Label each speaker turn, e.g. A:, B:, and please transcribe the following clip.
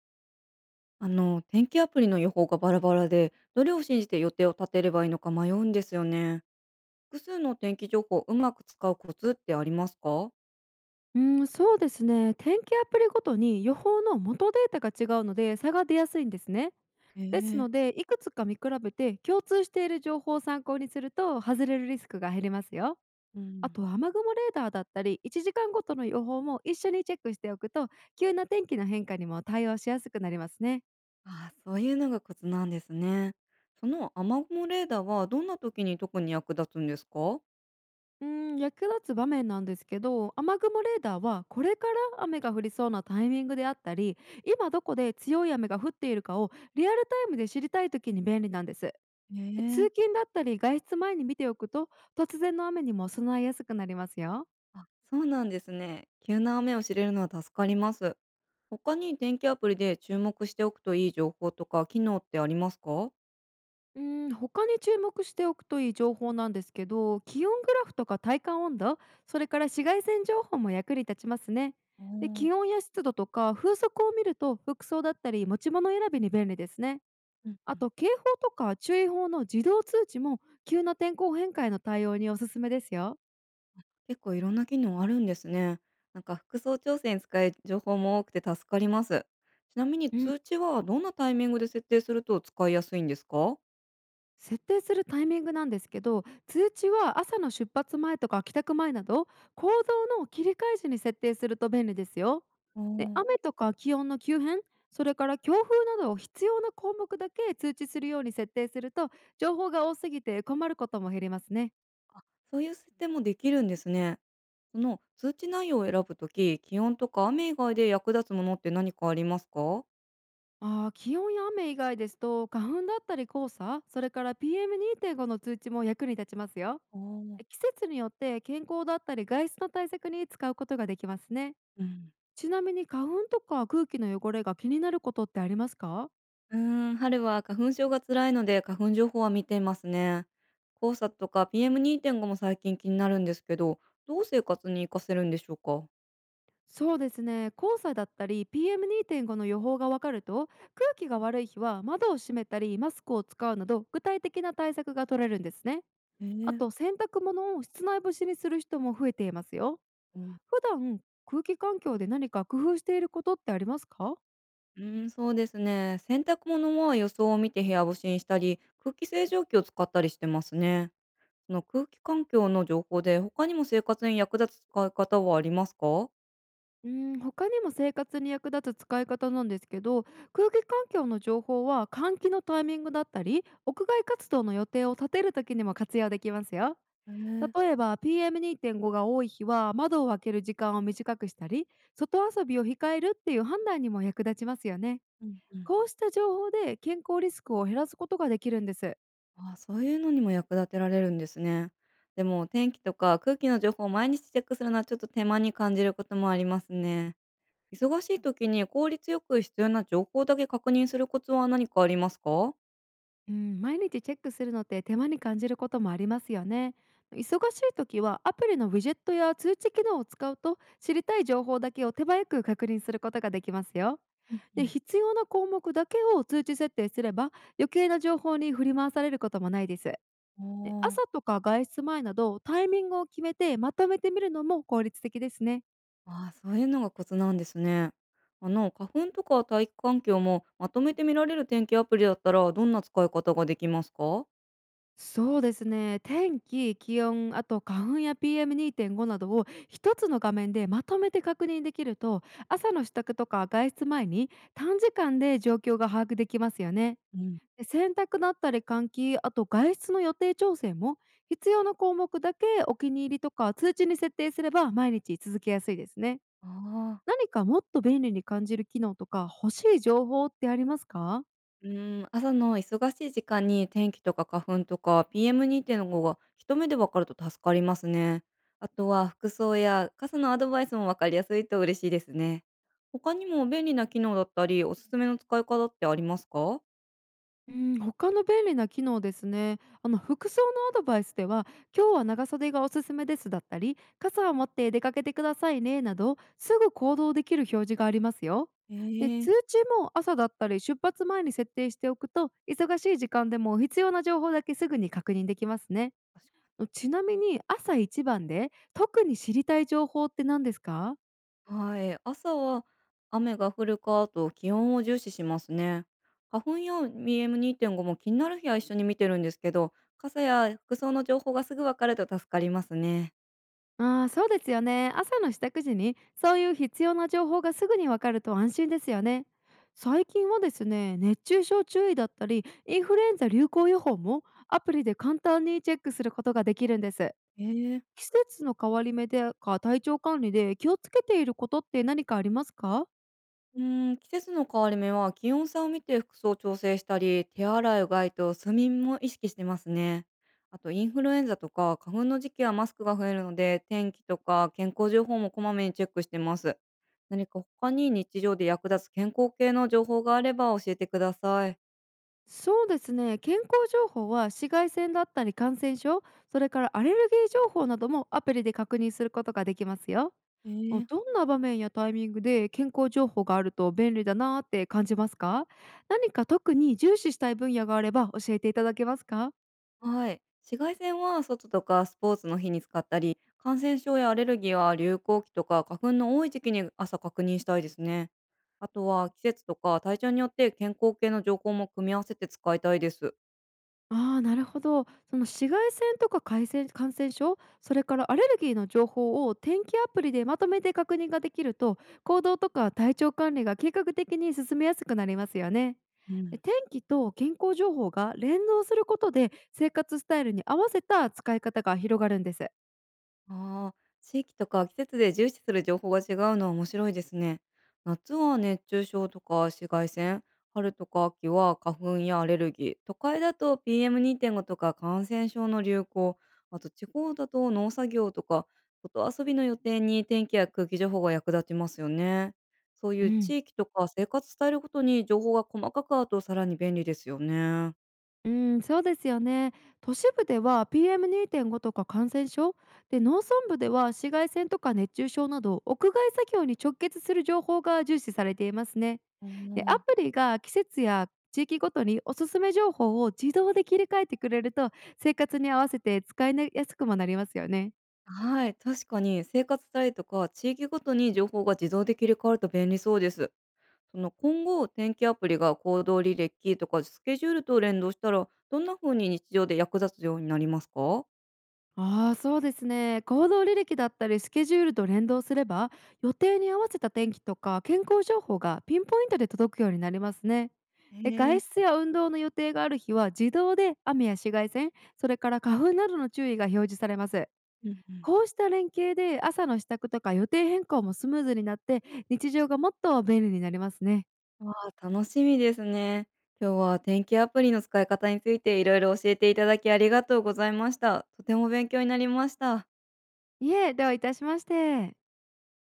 A: 天気アプリの予報がバラバラで、どれを信じて予定を立てればいいのか迷うんですよね。複数の天気情報をうまく使うコツってありますか？
B: うん、そうですね。天気アプリごとに予報の元データが違うので差が出やすいんですね。
A: へ
B: です
A: え。
B: ので、いくつか見比べて共通している情報を参考にすると外れるリスクが減りますよ。
A: う
B: あ
A: ん。
B: と、雨雲レーダーだったり、1時間ごとの予報も一緒にチェックしておくと、急な天気の変化にも対応しやすくなりますね。
A: ああ、そういうのがコツなんですね。その雨雲レーダーはどんな時に特に役立つんですか？
B: うん、役立つ場面なんですけど雨雲レーダーはこれから雨が降りそうなタイミングであったり今どこで強い雨が降っているかをリアルタイムで知りたい時に便利なんです。
A: へ
B: 通
A: え。
B: 勤だったり外出前に見ておくと突然の雨にも備えやすくなりますよ。
A: あ、そうなんですね。急な雨を知れるのは助かります。他に天気アプリで注目しておくといい情報とか機能ってありますか？
B: うん、他に注目しておくといい情報なんですけど気温グラフとか体感温度それから紫外線情報も役に立ちますね。
A: お
B: で、
A: ー。
B: 気温や湿度とか風速を見ると服装だったり持ち物選びに便利ですね。
A: うん
B: あ
A: うん。
B: と警報とか注意報の自動通知も急な天候変化への対応におすすめですよ。
A: 結構いろんな機能あるんですね。なんか服装調整に使える情報も多くて助かります。ちなみに
B: うん、
A: 通知はどんなタイミングで設定すると使いやすいんですか？
B: 設定するタイミングなんですけど通知は朝の出発前とか帰宅前など行動の切り替え時に設定すると便利ですよ。
A: あ
B: で、
A: ー。
B: 雨とか気温の急変それから強風などを必要な項目だけ通知するように設定すると情報が多すぎて困ることも減りますね。
A: そういう設定もできるんですね。その通知内容を選ぶとき、気温とか雨以外で役立つものって何かありますか？
B: ああ、気温や雨以外ですと花粉だったり黄砂それから PM2.5 の通知も役に立ちますよ。
A: おー。
B: 季節によって健康だったり外出の対策に使うことができますね。
A: うん。
B: ちなみに花粉とか空気の汚れが気になることってありますか？
A: うー春は花粉症が辛いので花粉情報は見ていますね。黄砂とか PM2.5 も最近気になるんですけど、どう生活に活かせるんでしょうか。
B: そうですね、黄砂だったり PM2.5 の予報がわかると空気が悪い日は窓を閉めたりマスクを使うなど具体的な対策が取れるんですね。
A: え
B: あ
A: ん。
B: と洗濯物を室内干しにする人も増えていますよ。普段、空気環境で何か工夫していることってありますか？
A: そうですね。洗濯物は予想を見て部屋干しにしたり、空気清浄機を使ったりしてますね。その空気環境の情報で他にも生活に役立つ使い方はありますか？
B: うん、他にも生活に役立つ使い方なんですけど、空気環境の情報は換気のタイミングだったり、屋外活動の予定を立てる時にも活用できますよ。
A: へえ。
B: 例えば PM2.5 が多い日は窓を開ける時間を短くしたり、外遊びを控えるっていう判断にも役立ちますよね。
A: うんうん。
B: こうした情報で健康リスクを減らすことができるんです。
A: あ、そういうのにも役立てられるんですね。でも天気とか空気の情報を毎日チェックするのはちょっと手間に感じることもありますね。忙しい時に効率よく必要な情報だけ確認するコツは何かありますか？
B: うん、毎日チェックするのって手間に感じることもありますよね。忙しい時はアプリのウィジェットや通知機能を使うと知りたい情報だけを手早く確認することができますよ。
A: うんう
B: で、
A: ん。
B: 必要な項目だけを通知設定すれば余計な情報に振り回されることもないです。
A: あ
B: で、朝
A: あ。
B: とか外出前などタイミングを決めてまとめてみるのも効率的ですね。
A: ああ、そういうのがコツなんですね。花粉とか大気環境もまとめて見られる天気アプリだったら、どんな使い方ができますか？
B: そうですね、天気気温あと花粉や PM2.5 などを一つの画面でまとめて確認できると朝の支度とか外出前に短時間で状況が把握できますよね。
A: うん。
B: で、洗濯だったり換気あと外出の予定調整も必要な項目だけお気に入りとか通知に設定すれば毎日続けやすいですね。
A: ああ。
B: 何かもっと便利に感じる機能とか欲しい情報ってありますか？
A: うん、朝の忙しい時間に天気とか花粉とか PM2.5 が一目でわかると助かりますね。あとは服装や傘のアドバイスもわかりやすいと嬉しいですね。他にも便利な機能だったり、おすすめの使い方ってありますか？
B: うん、他の便利な機能ですね。服装のアドバイスでは、今日は長袖がおすすめですだったり、傘を持って出かけてくださいねなど、すぐ行動できる表示がありますよ。で、
A: ええ。
B: 通知も朝だったり出発前に設定しておくと、忙しい時間でも必要な情報だけすぐに確認できますね。ちなみに朝一番で特に知りたい情報って何ですか？
A: はい、朝は雨が降るかと気温を重視しますね。花粉や BM2.5 も気になる日は一緒に見てるんですけど、傘や服装の情報がすぐわかると助かりますね。
B: ああ、そうですよね。朝の支度時にそういう必要な情報がすぐにわかると安心ですよね。最近はですね、熱中症注意だったりインフルエンザ流行予報もアプリで簡単にチェックすることができるんです。
A: ええ。
B: 季節の変わり目でか体調管理で気をつけていることって何かありますか？
A: 季節の変わり目は気温差を見て服装を調整したり、手洗い、うがいと睡眠も意識してますね。あとインフルエンザとか花粉の時期はマスクが増えるので、天気とか健康情報もこまめにチェックしてます。何か他に日常で役立つ健康系の情報があれば教えてください。
B: そうですね、健康情報は紫外線だったり感染症それからアレルギー情報などもアプリで確認することができますよ。あ、
A: ええ。
B: どんな場面やタイミングで健康情報があると便利だなーって感じますか？何か特に重視したい分野があれば教えていただけますか？
A: はい。紫外線は外とかスポーツの日に使ったり、感染症やアレルギーは流行期とか花粉の多い時期に朝確認したいですね。あとは季節とか体調によって健康系の情報も組み合わせて使いたいです。
B: ああー、なるほど。その紫外線とか感染症、それからアレルギーの情報を天気アプリでまとめて確認ができると、行動とか体調管理が計画的に進めやすくなりますよね。
A: う
B: で、
A: ん。
B: 天気と健康情報が連動することで、生活スタイルに合わせた使い方が広がるんです。
A: ああ、地域とか季節で重視する情報が違うのは面白いですね。夏は熱中症とか紫外線、春とか秋は花粉やアレルギー、都会だと PM2.5 とか感染症の流行、あと地方だと農作業とか外遊びの予定に天気や空気情報が役立ちますよね。そうい
B: う
A: う地
B: ん。
A: 域とか生活スタイルごとに情報が細かくあるとさらに便利ですよね。
B: うん、そうですよね。都市部では PM2.5 とか感染症で農村部では紫外線とか熱中症など屋外作業に直結する情報が重視されていますね。で、ア
A: ああ。
B: プリが季節や地域ごとにおすすめ情報を自動で切り替えてくれると生活に合わせて使いやすくもなりますよね。
A: はい、確かに生活体とか地域ごとに情報が自動で切り替わると便利そうです。その今後、天気アプリが行動履歴とかスケジュールと連動したら、どんな風に日常で役立つようになりますか？
B: ああ、そうですね。行動履歴だったりスケジュールと連動すれば、予定に合わせた天気とか健康情報がピンポイントで届くようになりますね。
A: へ
B: で、外
A: え。
B: 出や運動の予定がある日は自動で雨や紫外線、それから花粉などの注意が表示されます。
A: うんうん。
B: こうした連携で朝の支度とか予定変更もスムーズになって、日常がもっと便利になりますね。
A: わあ、楽しみですね。今日は天気アプリの使い方についていろいろ教えていただきありがとうございました。とても勉強になりました。
B: いえ、どういたしまして。